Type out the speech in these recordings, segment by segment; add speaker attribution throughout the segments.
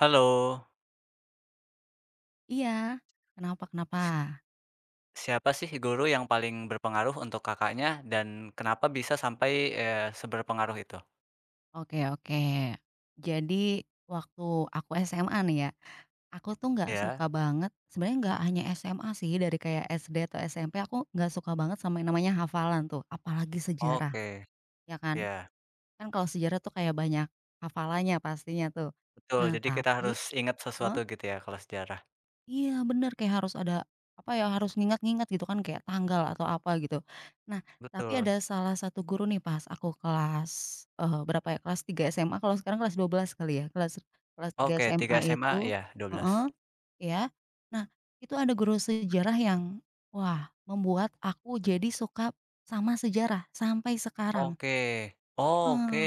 Speaker 1: Halo,
Speaker 2: Iya, kenapa kenapa?
Speaker 1: si siapa sih guru yang paling berpengaruh untuk Kakaknya dan kenapa bisa sampai, seberpengaruh itu?
Speaker 2: Oke oke. Jadi waktu aku SMA nih ya, aku tuh nggak
Speaker 1: Ya,
Speaker 2: suka banget sebenarnya nggak hanya SMA sih, dari kayak SD atau SMP aku nggak suka banget sama yang namanya hafalan tuh, apalagi sejarah,
Speaker 1: oke,
Speaker 2: ya kan.
Speaker 1: ya,
Speaker 2: Kan kalau sejarah tuh kayak banyak hafalannya pastinya tuh.
Speaker 1: betul,
Speaker 2: Nah
Speaker 1: jadi kita
Speaker 2: tapi
Speaker 1: harus ingat
Speaker 2: heeh.
Speaker 1: sesuatu gitu ya kalau sejarah.
Speaker 2: Iya bener, kayak harus ada, apa ya, harus ngingat-ngingat gitu kan kayak tanggal atau apa gitu. Nah, tapi
Speaker 1: Betul,
Speaker 2: ada salah satu guru nih pas aku kelas, berapa ya, kelas 3 SMA kalau sekarang kelas 12 kali ya, kelas kelas 3
Speaker 1: oke
Speaker 2: SMA
Speaker 1: 3
Speaker 2: itu
Speaker 1: SMA 12.
Speaker 2: heeh, iya. Nah, itu ada guru sejarah yang, wah membuat aku jadi suka sama sejarah sampai sekarang.
Speaker 1: Oke, oke,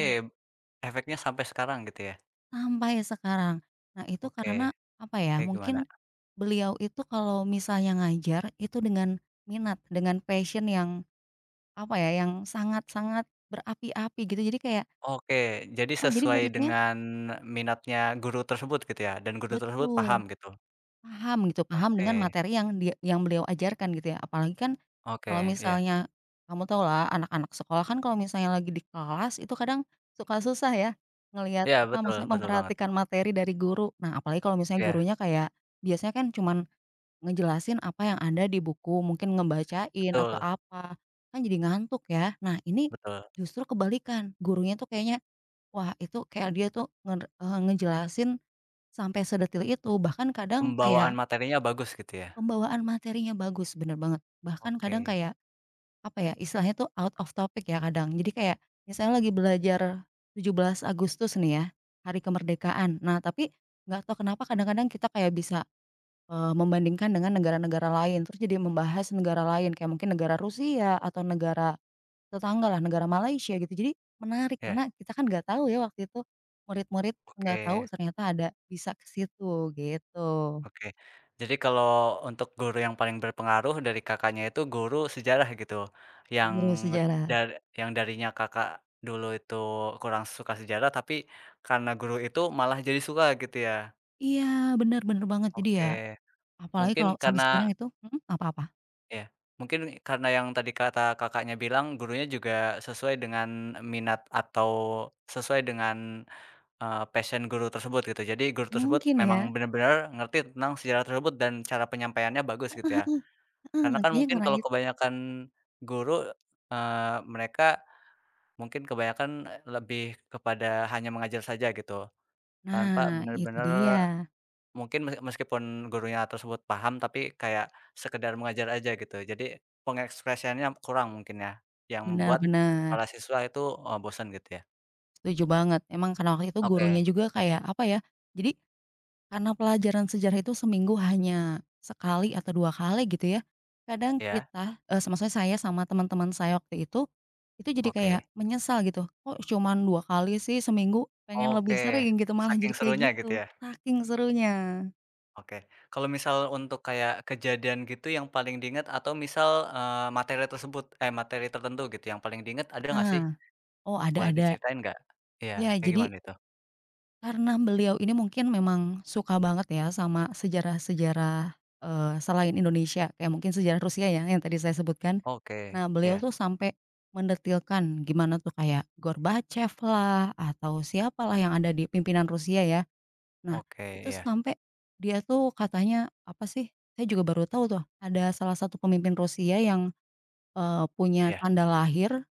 Speaker 1: efeknya sampai sekarang gitu ya?
Speaker 2: Sampai sekarang. Nah itu karena
Speaker 1: Oke,
Speaker 2: apa ya,
Speaker 1: kayak gimana?
Speaker 2: mungkin beliau itu kalau misalnya ngajar itu dengan minat, dengan passion yang apa ya, yang sangat-sangat berapi-api gitu. Jadi kayak
Speaker 1: Oke, jadi
Speaker 2: ah, jadi
Speaker 1: sesuai
Speaker 2: muridnya
Speaker 1: dengan minatnya guru tersebut gitu ya dan guru tersebut paham
Speaker 2: betul,
Speaker 1: gitu?
Speaker 2: paham gitu, paham dengan
Speaker 1: Oke,
Speaker 2: materi yang dia yang beliau ajarkan gitu ya. Apalagi kan kalau
Speaker 1: oke, ya.
Speaker 2: misalnya kamu tahu lah anak-anak sekolah kan kalau misalnya lagi di kelas itu kadang suka susah ya ngelihat
Speaker 1: Iya,
Speaker 2: apa
Speaker 1: betul
Speaker 2: maksudnya
Speaker 1: betul banget.
Speaker 2: memperhatikan materi dari guru. Nah apalagi kalau misalnya
Speaker 1: Iya,
Speaker 2: gurunya kayak biasanya kan cuman ngejelasin apa yang ada di buku, mungkin ngebacain atau
Speaker 1: betul
Speaker 2: apa, kan jadi ngantuk ya. Nah ini
Speaker 1: betul.
Speaker 2: justru kebalikan, gurunya tuh kayaknya, wah itu kayak dia tuh ngejelasin sampai sedetil itu, bahkan kadang kayak
Speaker 1: Pembawaan materinya bagus gitu ya?
Speaker 2: pembawaan materinya bagus, bener banget. Bahkan kadang
Speaker 1: Oke.
Speaker 2: kayak, apa ya, istilahnya tuh out of topic ya kadang. Jadi kayak misalnya lagi belajar 17 Agustus nih ya, Hari Kemerdekaan. Nah tapi nggak tahu kenapa kadang-kadang kita kayak bisa membandingkan dengan negara-negara lain, terus jadi membahas negara lain, kayak mungkin negara Rusia atau negara tetangga lah negara Malaysia gitu. Jadi menarik
Speaker 1: Iya,
Speaker 2: karena kita kan nggak tahu ya waktu itu, murid-murid nggak
Speaker 1: oke
Speaker 2: tahu ternyata ada bisa ke situ gitu,
Speaker 1: oke. Jadi kalau untuk guru yang paling berpengaruh dari Kakaknya itu guru sejarah gitu, yang
Speaker 2: guru sejarah.
Speaker 1: dar yang darinya Kakak dulu itu kurang suka sejarah, tapi karena guru itu malah jadi suka gitu ya?
Speaker 2: Iya, benar-benar banget. Jadi ya
Speaker 1: Oke,
Speaker 2: apalagi
Speaker 1: mungkin
Speaker 2: kalau sampai sekarang
Speaker 1: karena
Speaker 2: itu apa-apa?
Speaker 1: iya, mungkin karena yang tadi kata Kakaknya bilang gurunya juga sesuai dengan minat atau sesuai dengan, passion guru tersebut gitu. Jadi guru tersebut
Speaker 2: Mungkin ya,
Speaker 1: memang benar-benar ngerti tentang sejarah tersebut dan cara penyampaiannya bagus gitu ya.
Speaker 2: heeh,
Speaker 1: Karena kan
Speaker 2: kayaknya
Speaker 1: mungkin
Speaker 2: karena
Speaker 1: kalau kebanyakan guru, mereka mungkin kebanyakan lebih kepada hanya mengajar saja gitu, tanpa
Speaker 2: nah itu
Speaker 1: benar-benar
Speaker 2: dia,
Speaker 1: mungkin meskipun gurunya tersebut paham, tapi kayak sekedar mengajar aja gitu. Jadi pengekspresiannya kurang mungkin ya, yang
Speaker 2: benar
Speaker 1: membuat
Speaker 2: benar,
Speaker 1: para siswa itu, bosan gitu ya?
Speaker 2: setuju banget. Emang karena waktu itu gurunya
Speaker 1: Oke,
Speaker 2: juga kayak apa ya, jadi karena pelajaran sejarah itu seminggu hanya sekali atau 2 kali gitu ya, kadang
Speaker 1: ya
Speaker 2: kita, maksudnya saya sama teman-teman saya waktu itu jadi kayak
Speaker 1: oke.
Speaker 2: menyesal gitu, "Kok cuman 2 kali sih seminggu? Pengen lebih
Speaker 1: Oke,
Speaker 2: sering," gitu, malah
Speaker 1: saking
Speaker 2: jadi kayak
Speaker 1: serunya gitu
Speaker 2: gitu,
Speaker 1: ya?
Speaker 2: saking serunya.
Speaker 1: Oke. Kalau misal untuk kayak kejadian gitu yang paling diingat atau misal, materi tertentu gitu yang paling diingat ada nggak sih?
Speaker 2: Heeh, oh ada
Speaker 1: Boleh
Speaker 2: ada.
Speaker 1: diceritain nggak? Iya,
Speaker 2: Ya
Speaker 1: kayak
Speaker 2: jadi
Speaker 1: gimana itu?
Speaker 2: karena beliau ini mungkin memang suka banget ya sama sejarah-sejarah, selain Indonesia, kayak mungkin sejarah Rusia ya yang tadi saya sebutkan.
Speaker 1: Oke,
Speaker 2: Nah, beliau
Speaker 1: iya,
Speaker 2: tuh sampai mendetilkan gimana tuh kayak Gorbachev lah, atau siapalah yang ada di pimpinan Rusia ya. Nah,
Speaker 1: oke,
Speaker 2: itu
Speaker 1: iya,
Speaker 2: sampai dia tuh katanya apa sih, saya juga baru tahu tuh, ada salah satu pemimpin Rusia yang, punya
Speaker 1: iya,
Speaker 2: tanda lahir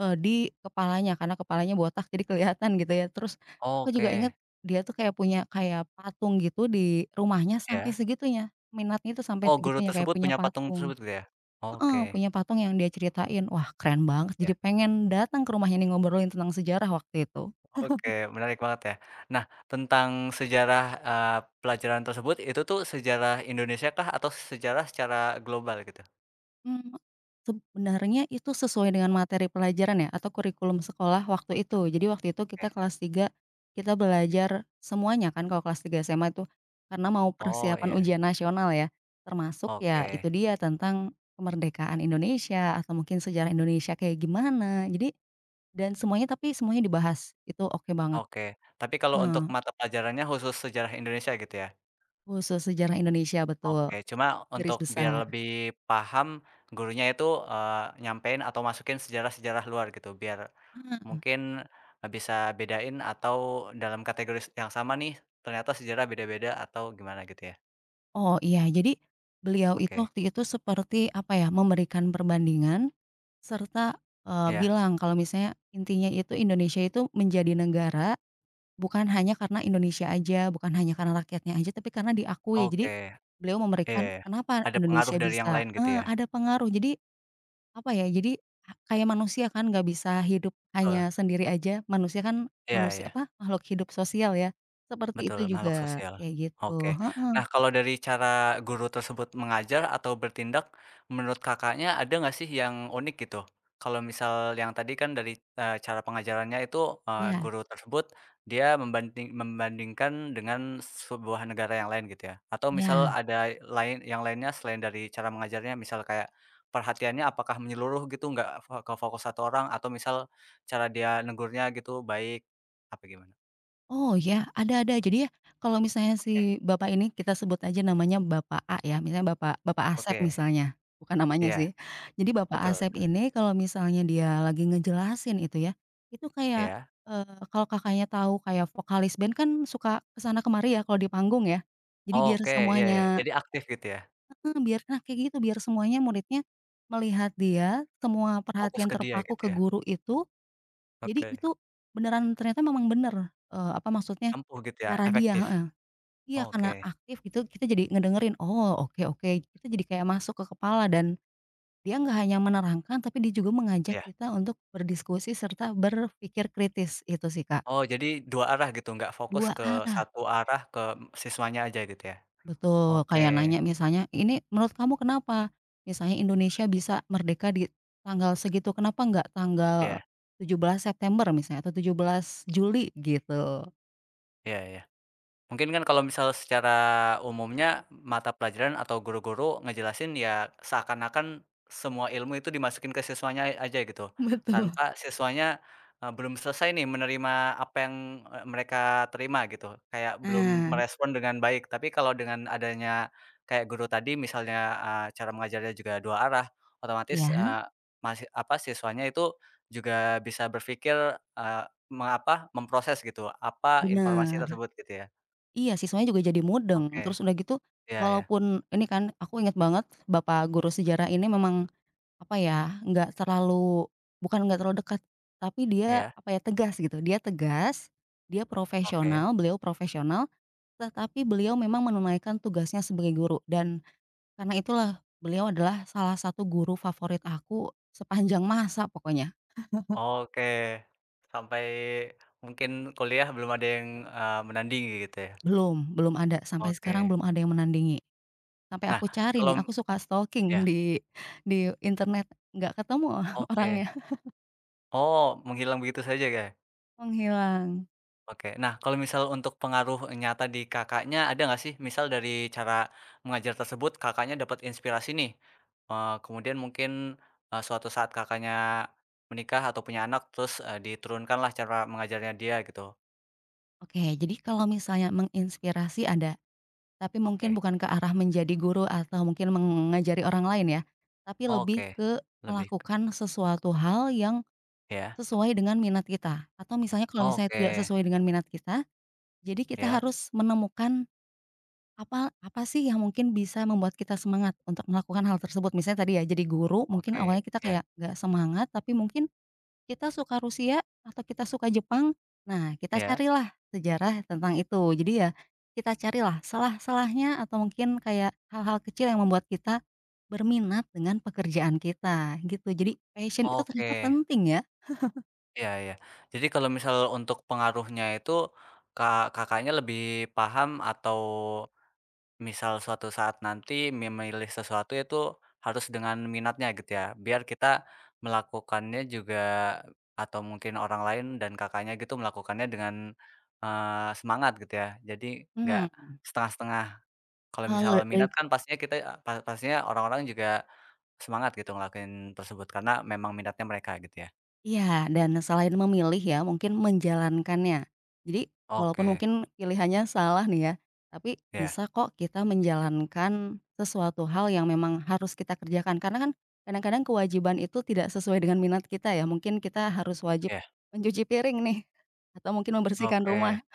Speaker 2: Di kepalanya, karena kepalanya botak jadi kelihatan gitu ya. Terus aku juga
Speaker 1: oke,
Speaker 2: inget dia tuh kayak punya kayak patung gitu di rumahnya sampai
Speaker 1: iya.
Speaker 2: segitunya, minatnya itu sampai
Speaker 1: Oh, guru
Speaker 2: segitunya kayak
Speaker 1: tersebut
Speaker 2: punya
Speaker 1: punya patung
Speaker 2: patung
Speaker 1: tersebut gitu ya?
Speaker 2: heeh,
Speaker 1: Oke,
Speaker 2: punya patung yang dia ceritain. Wah, keren banget,
Speaker 1: ya,
Speaker 2: jadi pengen datang ke rumahnya nih ngobrolin tentang sejarah waktu itu.
Speaker 1: oke, menarik banget ya. Nah, tentang sejarah, eee, pelajaran tersebut, itu tuh sejarah Indonesia kah atau sejarah secara global gitu?
Speaker 2: Mmm, Sebenarnya itu sesuai dengan materi pelajaran ya atau kurikulum sekolah waktu itu. Jadi waktu itu kita
Speaker 1: Oke.
Speaker 2: kelas 3 kita belajar semuanya kan kalau kelas 3 SMA itu, karena mau
Speaker 1: Oh,
Speaker 2: persiapan
Speaker 1: iya,
Speaker 2: ujian nasional ya, termasuk ya
Speaker 1: oke
Speaker 2: itu dia tentang kemerdekaan Indonesia atau mungkin sejarah Indonesia kayak gimana. Jadi dan semuanya tapi semuanya dibahas, itu oke banget.
Speaker 1: oke. Tapi kalau untuk
Speaker 2: Heeh,
Speaker 1: mata pelajarannya khusus sejarah Indonesia gitu ya?
Speaker 2: khusus sejarah Indonesia betul,
Speaker 1: Oke, cuma
Speaker 2: garis
Speaker 1: untuk biar
Speaker 2: besar.
Speaker 1: lebih paham, gurunya itu, nyampein atau masukin sejarah-sejarah luar gitu biar
Speaker 2: Heeh.
Speaker 1: mungkin, bisa bedain atau dalam kategori yang sama nih, ternyata sejarah beda-beda atau gimana gitu ya?
Speaker 2: Oh iya, jadi beliau itu
Speaker 1: Oke,
Speaker 2: waktu itu seperti apa ya, memberikan perbandingan serta,
Speaker 1: iya,
Speaker 2: bilang kalau misalnya intinya itu Indonesia itu menjadi negara bukan hanya karena Indonesia aja, bukan hanya karena rakyatnya aja, tapi karena diakui. Jadi
Speaker 1: oke,
Speaker 2: beliau
Speaker 1: iya,
Speaker 2: memberikan
Speaker 1: iya.
Speaker 2: kenapa
Speaker 1: Ada pengaruh
Speaker 2: Indonesia
Speaker 1: dari yang
Speaker 2: bisa
Speaker 1: lain gitu ya?
Speaker 2: ada pengaruh. Jadi apa ya, jadi ha kayak manusia kan nggak bisa hidup
Speaker 1: Betul,
Speaker 2: hanya sendiri aja, manusia kan
Speaker 1: iya
Speaker 2: manusia
Speaker 1: iya.
Speaker 2: apa, makhluk hidup sosial ya. Seperti itu
Speaker 1: Betul, makhluk
Speaker 2: juga,
Speaker 1: sosial.
Speaker 2: kayak gitu.
Speaker 1: Oke.
Speaker 2: Heeh,
Speaker 1: Nah, kalau dari cara guru tersebut mengajar atau bertindak, menurut Kakaknya ada nggak sih yang unik gitu? Kalau misal yang tadi kan dari, cara pengajarannya itu,
Speaker 2: iya
Speaker 1: guru tersebut dia membandingkan dengan sebuah negara yang lain gitu ya, atau misal
Speaker 2: iya.
Speaker 1: ada lain yang lainnya selain dari cara mengajarnya, misal kayak perhatiannya apakah menyeluruh gitu, nggak fo ke fokus satu orang atau misal cara dia negurnya gitu baik, apa gimana?
Speaker 2: Oh ya, ada ada. Jadi ya kalau misalnya
Speaker 1: Oke
Speaker 2: si bapak ini kita sebut aja namanya Bapak A ya, misalnya Bapak Bapak Asep
Speaker 1: oke,
Speaker 2: misalnya, bukan namanya
Speaker 1: iya.
Speaker 2: sih. Jadi Bapak
Speaker 1: Betul,
Speaker 2: Asep ini kalau misalnya dia lagi ngejelasin itu ya, itu kayak,
Speaker 1: iya.
Speaker 2: kalau Kakaknya tahu kayak vokalis band kan suka kesana kemari ya kalau di panggung ya. Jadi
Speaker 1: Oh,
Speaker 2: biar
Speaker 1: oke, iya iya,
Speaker 2: semuanya
Speaker 1: jadi aktif gitu ya,
Speaker 2: heeh, biar nah kayak gitu, biar semuanya muridnya melihat dia, semua
Speaker 1: fokus
Speaker 2: perhatian
Speaker 1: ke dia
Speaker 2: terpaku
Speaker 1: gitu
Speaker 2: ke
Speaker 1: ya?
Speaker 2: guru itu, jadi
Speaker 1: Oke,
Speaker 2: itu beneran ternyata memang bener, apa maksudnya
Speaker 1: ampuh gitu ya,
Speaker 2: cara dia
Speaker 1: efektif.
Speaker 2: heeh. Iya,
Speaker 1: Oh, oke,
Speaker 2: karena aktif gitu kita jadi ngedengerin, oh oke oke, kita jadi kayak masuk ke kepala dan dia nggak hanya menerangkan tapi dia juga mengajak
Speaker 1: iya.
Speaker 2: kita untuk berdiskusi serta berpikir kritis, itu sih Kak.
Speaker 1: Oh, jadi 2 arah gitu, nggak fokus
Speaker 2: Dua
Speaker 1: ke
Speaker 2: arah
Speaker 1: satu arah, ke siswanya aja gitu ya?
Speaker 2: betul,
Speaker 1: Oke,
Speaker 2: kayak nanya misalnya, "Ini menurut kamu kenapa misalnya Indonesia bisa merdeka di tanggal segitu, kenapa nggak tanggal
Speaker 1: iya,
Speaker 2: 17 September misalnya atau 17 Juli?" Gitu.
Speaker 1: iya iya. Mungkin kan kalau misal secara umumnya mata pelajaran atau guru-guru ngejelasin ya seakan-akan semua ilmu itu dimasukin ke siswanya aja gitu.
Speaker 2: Betul.
Speaker 1: Tanpa siswanya, belum selesai nih menerima apa yang, mereka terima gitu, kayak belum
Speaker 2: Nah
Speaker 1: merespon dengan baik. Tapi kalau dengan adanya kayak guru tadi misalnya, cara mengajarnya juga dua arah, otomatis,
Speaker 2: iya,
Speaker 1: siswanya itu juga bisa berpikir, memproses gitu, apa informasi
Speaker 2: bener.
Speaker 1: tersebut gitu ya.
Speaker 2: Iya, siswanya juga jadi mudeng,
Speaker 1: Oke,
Speaker 2: terus udah gitu
Speaker 1: iya iya
Speaker 2: walaupun ini kan aku inget banget bapak guru sejarah ini memang, apa ya, nggak terlalu bukan nggak terlalu dekat, tapi dia,
Speaker 1: iya,
Speaker 2: apa ya, tegas gitu, dia tegas, dia
Speaker 1: oke
Speaker 2: profesional, beliau profesional, tetapi beliau memang menunaikan tugasnya sebagai guru dan karena itulah beliau adalah salah satu guru favorit aku sepanjang masa pokoknya,
Speaker 1: oke. Sampai mungkin kuliah belum ada yang, menandingi gitu ya?
Speaker 2: belum belum ada, sampai sekarang
Speaker 1: Oke.
Speaker 2: belum ada yang menandingi. Sampai
Speaker 1: Nah,
Speaker 2: aku cari
Speaker 1: kalau
Speaker 2: nih, aku suka
Speaker 1: ya,
Speaker 2: stalking di internet, nggak ketemu
Speaker 1: oke.
Speaker 2: orangnya,
Speaker 1: Oh, menghilang begitu saja ya?
Speaker 2: menghilang.
Speaker 1: Oke. Nah, kalau misal untuk pengaruh nyata di Kakaknya ada nggak sih? Misal dari cara mengajar tersebut Kakaknya dapat inspirasi nih, kemudian mungkin, suatu saat Kakaknya menikah atau punya anak terus, diturunkanlah cara mengajarnya dia gitu?
Speaker 2: Oke, jadi kalau misalnya menginspirasi ada, tapi mungkin
Speaker 1: Oke
Speaker 2: bukan ke arah menjadi guru atau mungkin mengajari orang lain ya, tapi
Speaker 1: oke.
Speaker 2: lebih ke
Speaker 1: Lebih ke
Speaker 2: melakukan sesuatu hal yang
Speaker 1: ya,
Speaker 2: sesuai dengan minat kita, atau misalnya kalau misalnya
Speaker 1: oke,
Speaker 2: tidak sesuai dengan minat kita, jadi kita
Speaker 1: ya,
Speaker 2: harus menemukan apa apa sih yang mungkin bisa membuat kita semangat untuk melakukan hal tersebut? Misalnya tadi ya jadi guru mungkin
Speaker 1: oke,
Speaker 2: awalnya kita
Speaker 1: ya,
Speaker 2: kayak nggak semangat, tapi mungkin kita suka Rusia atau kita suka Jepang, nah kita
Speaker 1: ya,
Speaker 2: carilah sejarah tentang itu. Jadi ya kita carilah salah-salahnya atau mungkin kayak hal-hal kecil yang membuat kita berminat dengan pekerjaan kita gitu. Jadi passion itu
Speaker 1: oke,
Speaker 2: ternyata penting ya.
Speaker 1: ya, ya. Jadi kalau misal untuk pengaruhnya itu, Kakaknya lebih paham atau misal suatu saat nanti memilih sesuatu itu harus dengan minatnya gitu ya, biar kita melakukannya juga atau mungkin orang lain dan Kakaknya gitu melakukannya dengan, semangat gitu ya, jadi nggak
Speaker 2: Mhm.
Speaker 1: setengah-setengah. Kalau misal
Speaker 2: Kalau dari
Speaker 1: minat kan pastinya kita eh, pa pastinya orang-orang juga semangat gitu ngelakuin tersebut karena memang minatnya mereka gitu ya?
Speaker 2: Iya, dan selain memilih ya, mungkin menjalankannya. Jadi, walaupun mungkin
Speaker 1: Oke,
Speaker 2: pilihannya salah nih ya, tapi
Speaker 1: ya
Speaker 2: bisa kok kita menjalankan sesuatu hal yang memang harus kita kerjakan. Karena kan kadang-kadang kewajiban itu tidak sesuai dengan minat kita ya. Mungkin kita harus wajib
Speaker 1: ya
Speaker 2: mencuci piring nih, atau mungkin membersihkan
Speaker 1: oke,
Speaker 2: rumah.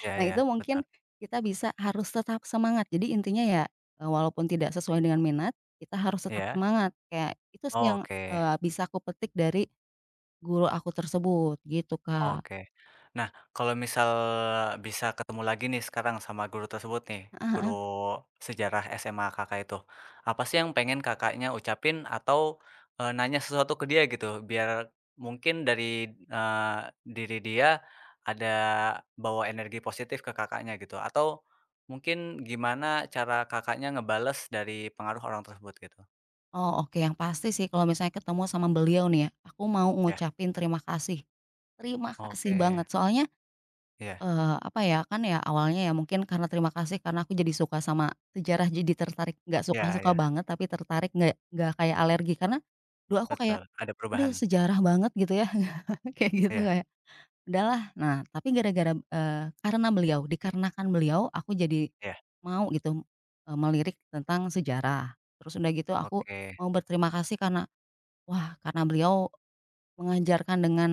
Speaker 1: ya
Speaker 2: Nah,
Speaker 1: ya
Speaker 2: itu mungkin
Speaker 1: betul,
Speaker 2: kita bisa harus tetap semangat. Jadi intinya ya, walaupun tidak sesuai dengan minat, kita harus tetap
Speaker 1: ya
Speaker 2: semangat. Kayak itu sih yang,
Speaker 1: oke.
Speaker 2: bisa aku petik dari guru aku tersebut, gitu, Kak.
Speaker 1: Oke. Nah, kalau misal bisa ketemu lagi nih sekarang sama guru tersebut nih, guru
Speaker 2: Heeh.
Speaker 1: sejarah SMA Kakak itu, apa sih yang pengen Kakaknya ucapin atau, nanya sesuatu ke dia gitu? Biar mungkin dari, eee, diri dia ada bawa energi positif ke Kakaknya gitu, atau mungkin gimana cara Kakaknya ngebales dari pengaruh orang tersebut gitu?
Speaker 2: Oh, oke, yang pasti sih kalau misalnya ketemu sama beliau nih ya, aku mau
Speaker 1: Ya,
Speaker 2: ngucapin terima kasih. Terima kasih
Speaker 1: oke,
Speaker 2: banget, soalnya,
Speaker 1: ya
Speaker 2: apa ya, kan ya awalnya ya mungkin karena terima kasih karena aku jadi suka sama sejarah, jadi tertarik, nggak
Speaker 1: ya
Speaker 2: suka-suka
Speaker 1: ya
Speaker 2: banget tapi tertarik, nggak kayak alergi. Karena dulu aku kayak,
Speaker 1: betul, ada
Speaker 2: "Aduh
Speaker 1: perubahan.
Speaker 2: sejarah banget," gitu ya, kayak gitu
Speaker 1: Ya
Speaker 2: kayak udahlah. Nah, tapi gara-gara, karena beliau, dikarenakan beliau aku jadi
Speaker 1: ya
Speaker 2: mau gitu, melirik tentang sejarah. Terus udah gitu aku
Speaker 1: oke,
Speaker 2: mau berterima kasih karena, wah karena beliau mengajarkan dengan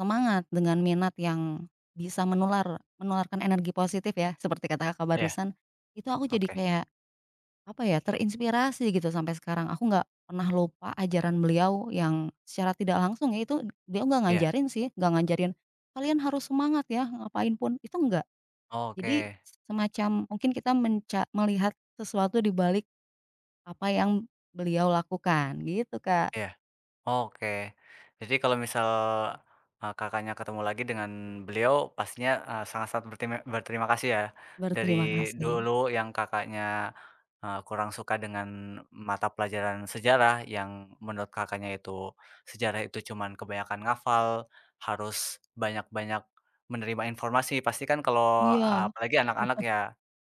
Speaker 2: semangat, dengan minat yang bisa menularkan energi positif ya, seperti kata Kakak
Speaker 1: ya.
Speaker 2: barusan, itu aku jadi
Speaker 1: Oke,
Speaker 2: kayak apa ya, terinspirasi gitu sampai sekarang. Aku nggak pernah lupa ajaran beliau yang secara tidak langsung ya itu beliau nggak
Speaker 1: iya,
Speaker 2: ngajarin sih, nggak ngajarin, "Kalian harus semangat ya, ngapain pun." Itu enggak.
Speaker 1: oke,
Speaker 2: Jadi semacam mungkin kita melihat sesuatu di balik apa yang beliau lakukan gitu, Kak.
Speaker 1: iya, oke. Jadi kalau misal, Kakaknya ketemu lagi dengan beliau pastinya, sangat-sangat berterima berterima kasih ya, dari
Speaker 2: Berterima kasih.
Speaker 1: dulu yang Kakaknya, kurang suka dengan mata pelajaran sejarah yang menurut Kakaknya itu, sejarah itu cuman kebanyakan ngafal, harus banyak-banyak menerima informasi. Pasti kan kalau,
Speaker 2: Iya,
Speaker 1: apalagi anak-anak ya,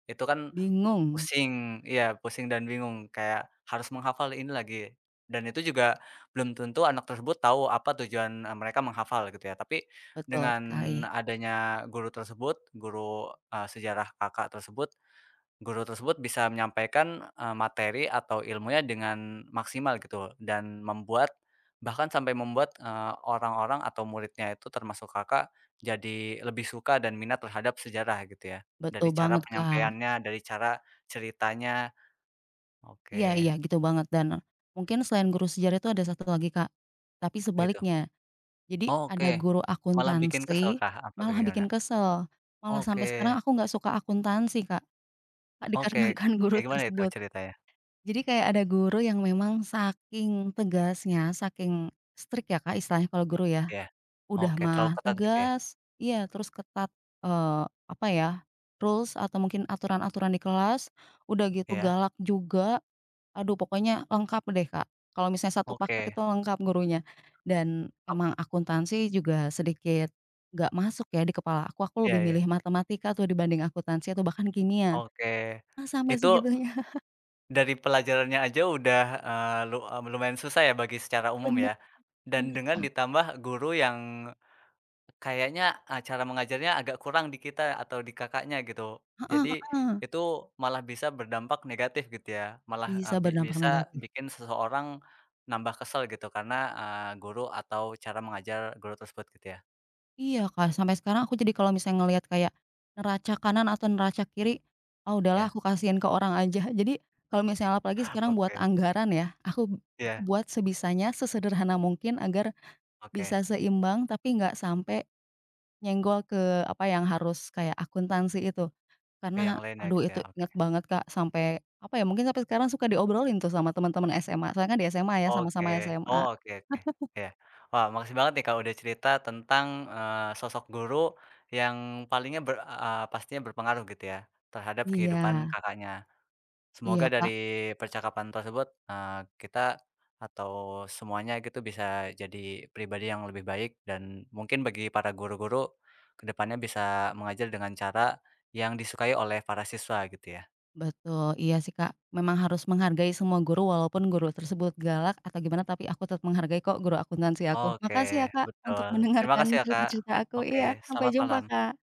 Speaker 1: itu kan
Speaker 2: bingung.
Speaker 1: pusing, iya pusing dan bingung kayak harus menghafal ini lagi, dan itu juga belum tentu anak tersebut tahu apa tujuan, mereka menghafal gitu ya. Tapi
Speaker 2: Betul
Speaker 1: dengan
Speaker 2: sekali.
Speaker 1: adanya guru tersebut, guru, sejarah Kakak tersebut guru tersebut bisa menyampaikan, materi atau ilmunya dengan maksimal gitu dan membuat bahkan sampai membuat, orang-orang atau muridnya itu termasuk Kakak jadi lebih suka dan minat terhadap sejarah gitu ya,
Speaker 2: Betul
Speaker 1: dari cara
Speaker 2: banget, Kak.
Speaker 1: penyampaiannya, dari cara ceritanya.
Speaker 2: Iya iya,
Speaker 1: Oke,
Speaker 2: gitu banget dan mungkin selain guru sejarah itu ada satu lagi, Kak, tapi
Speaker 1: apa itu?
Speaker 2: sebaliknya. Jadi
Speaker 1: Oh, oke.
Speaker 2: ada guru
Speaker 1: Malah bikin kesel
Speaker 2: akuntansi,
Speaker 1: kah? Apa
Speaker 2: malah
Speaker 1: bagaimana?
Speaker 2: bikin kesel, malah sampai sekarang
Speaker 1: Oke
Speaker 2: aku nggak suka akuntansi Kak,
Speaker 1: oke.
Speaker 2: dikarenakan guru
Speaker 1: Kayak gimana itu
Speaker 2: tersebut.
Speaker 1: ceritanya?
Speaker 2: Jadi kayak ada guru yang memang saking tegasnya, saking strict ya Kak istilahnya kalau guru ya,
Speaker 1: Iya.
Speaker 2: udah
Speaker 1: Oke,
Speaker 2: mah
Speaker 1: terlalu ketat gitu ya?
Speaker 2: tegas iya terus ketat, eee, apa ya, rules atau mungkin aturan-aturan di kelas, udah gitu
Speaker 1: Iya,
Speaker 2: galak juga aduh pokoknya lengkap deh, Kak. Kalau misalnya satu paket
Speaker 1: oke.
Speaker 2: itu lengkap gurunya. Dan
Speaker 1: Ap
Speaker 2: emang akuntansi juga sedikit nggak masuk ya di kepala aku
Speaker 1: iya
Speaker 2: lebih
Speaker 1: iya.
Speaker 2: milih matematika tuh dibanding akuntansi atau bahkan kimia.
Speaker 1: Oke,
Speaker 2: Ah, sampai
Speaker 1: itu
Speaker 2: segitunya.
Speaker 1: dari pelajarannya aja udah, lumayan susah ya bagi secara umum
Speaker 2: Bener
Speaker 1: ya,
Speaker 2: bener,
Speaker 1: dan dengan
Speaker 2: Kak.
Speaker 1: ditambah guru yang kayaknya, cara mengajarnya agak kurang di kita atau di Kakaknya gitu.
Speaker 2: Heeh,
Speaker 1: Jadi itu malah bisa berdampak negatif gitu ya, malah, eee,
Speaker 2: bisa
Speaker 1: bi
Speaker 2: berdampak
Speaker 1: bisa
Speaker 2: negatif.
Speaker 1: bikin seseorang nambah kesel gitu karena, guru atau cara mengajar guru tersebut gitu ya?
Speaker 2: Iya, Kak, sampai sekarang aku jadi kalau misalnya ngelihat kayak neraca kanan atau neraca kiri, ah, udahlah
Speaker 1: Iya,
Speaker 2: aku kasihin ke orang aja. Jadi kalau misalnya apalagi sekarang buat
Speaker 1: oke,
Speaker 2: anggaran ya, aku
Speaker 1: ya,
Speaker 2: buat sebisanya, sesederhana mungkin agar bisa
Speaker 1: oke,
Speaker 2: seimbang tapi nggak sampai nyenggol ke apa yang harus kayak akuntansi itu.
Speaker 1: ke yang
Speaker 2: Karena
Speaker 1: lain ya
Speaker 2: aduh
Speaker 1: gitu ya?
Speaker 2: itu
Speaker 1: Oke.
Speaker 2: inget banget Kak sampai apa ya, mungkin sampai sekarang suka diobrolin tuh sama teman-teman SMA, soalnya kan di SMA ya
Speaker 1: Oke.
Speaker 2: sama-sama
Speaker 1: Oh,
Speaker 2: SMA.
Speaker 1: oke oke, ya. Wah, makasih banget nih, Kak, udah cerita tentang, sosok guru yang palingnya ber pastinya berpengaruh gitu ya, terhadap
Speaker 2: Iya,
Speaker 1: kehidupan Kakaknya.
Speaker 2: iya
Speaker 1: Semoga dari
Speaker 2: Kak,
Speaker 1: percakapan tersebut, kita atau semuanya gitu bisa jadi pribadi yang lebih baik dan mungkin bagi para guru-guru kedepannya bisa mengajar dengan cara yang disukai oleh para siswa gitu ya.
Speaker 2: betul. Iya sih Kak, memang harus menghargai semua guru walaupun guru tersebut galak atau gimana tapi aku tetap menghargai kok guru akuntansi aku.
Speaker 1: Oke,
Speaker 2: Makasih ya Kak untuk
Speaker 1: betul. Terima
Speaker 2: mendengarkan
Speaker 1: kasih ya, Kak.
Speaker 2: cerita-cerita aku.
Speaker 1: Oke,
Speaker 2: Iya, sampai
Speaker 1: selamat
Speaker 2: jumpa
Speaker 1: malam.
Speaker 2: Kak.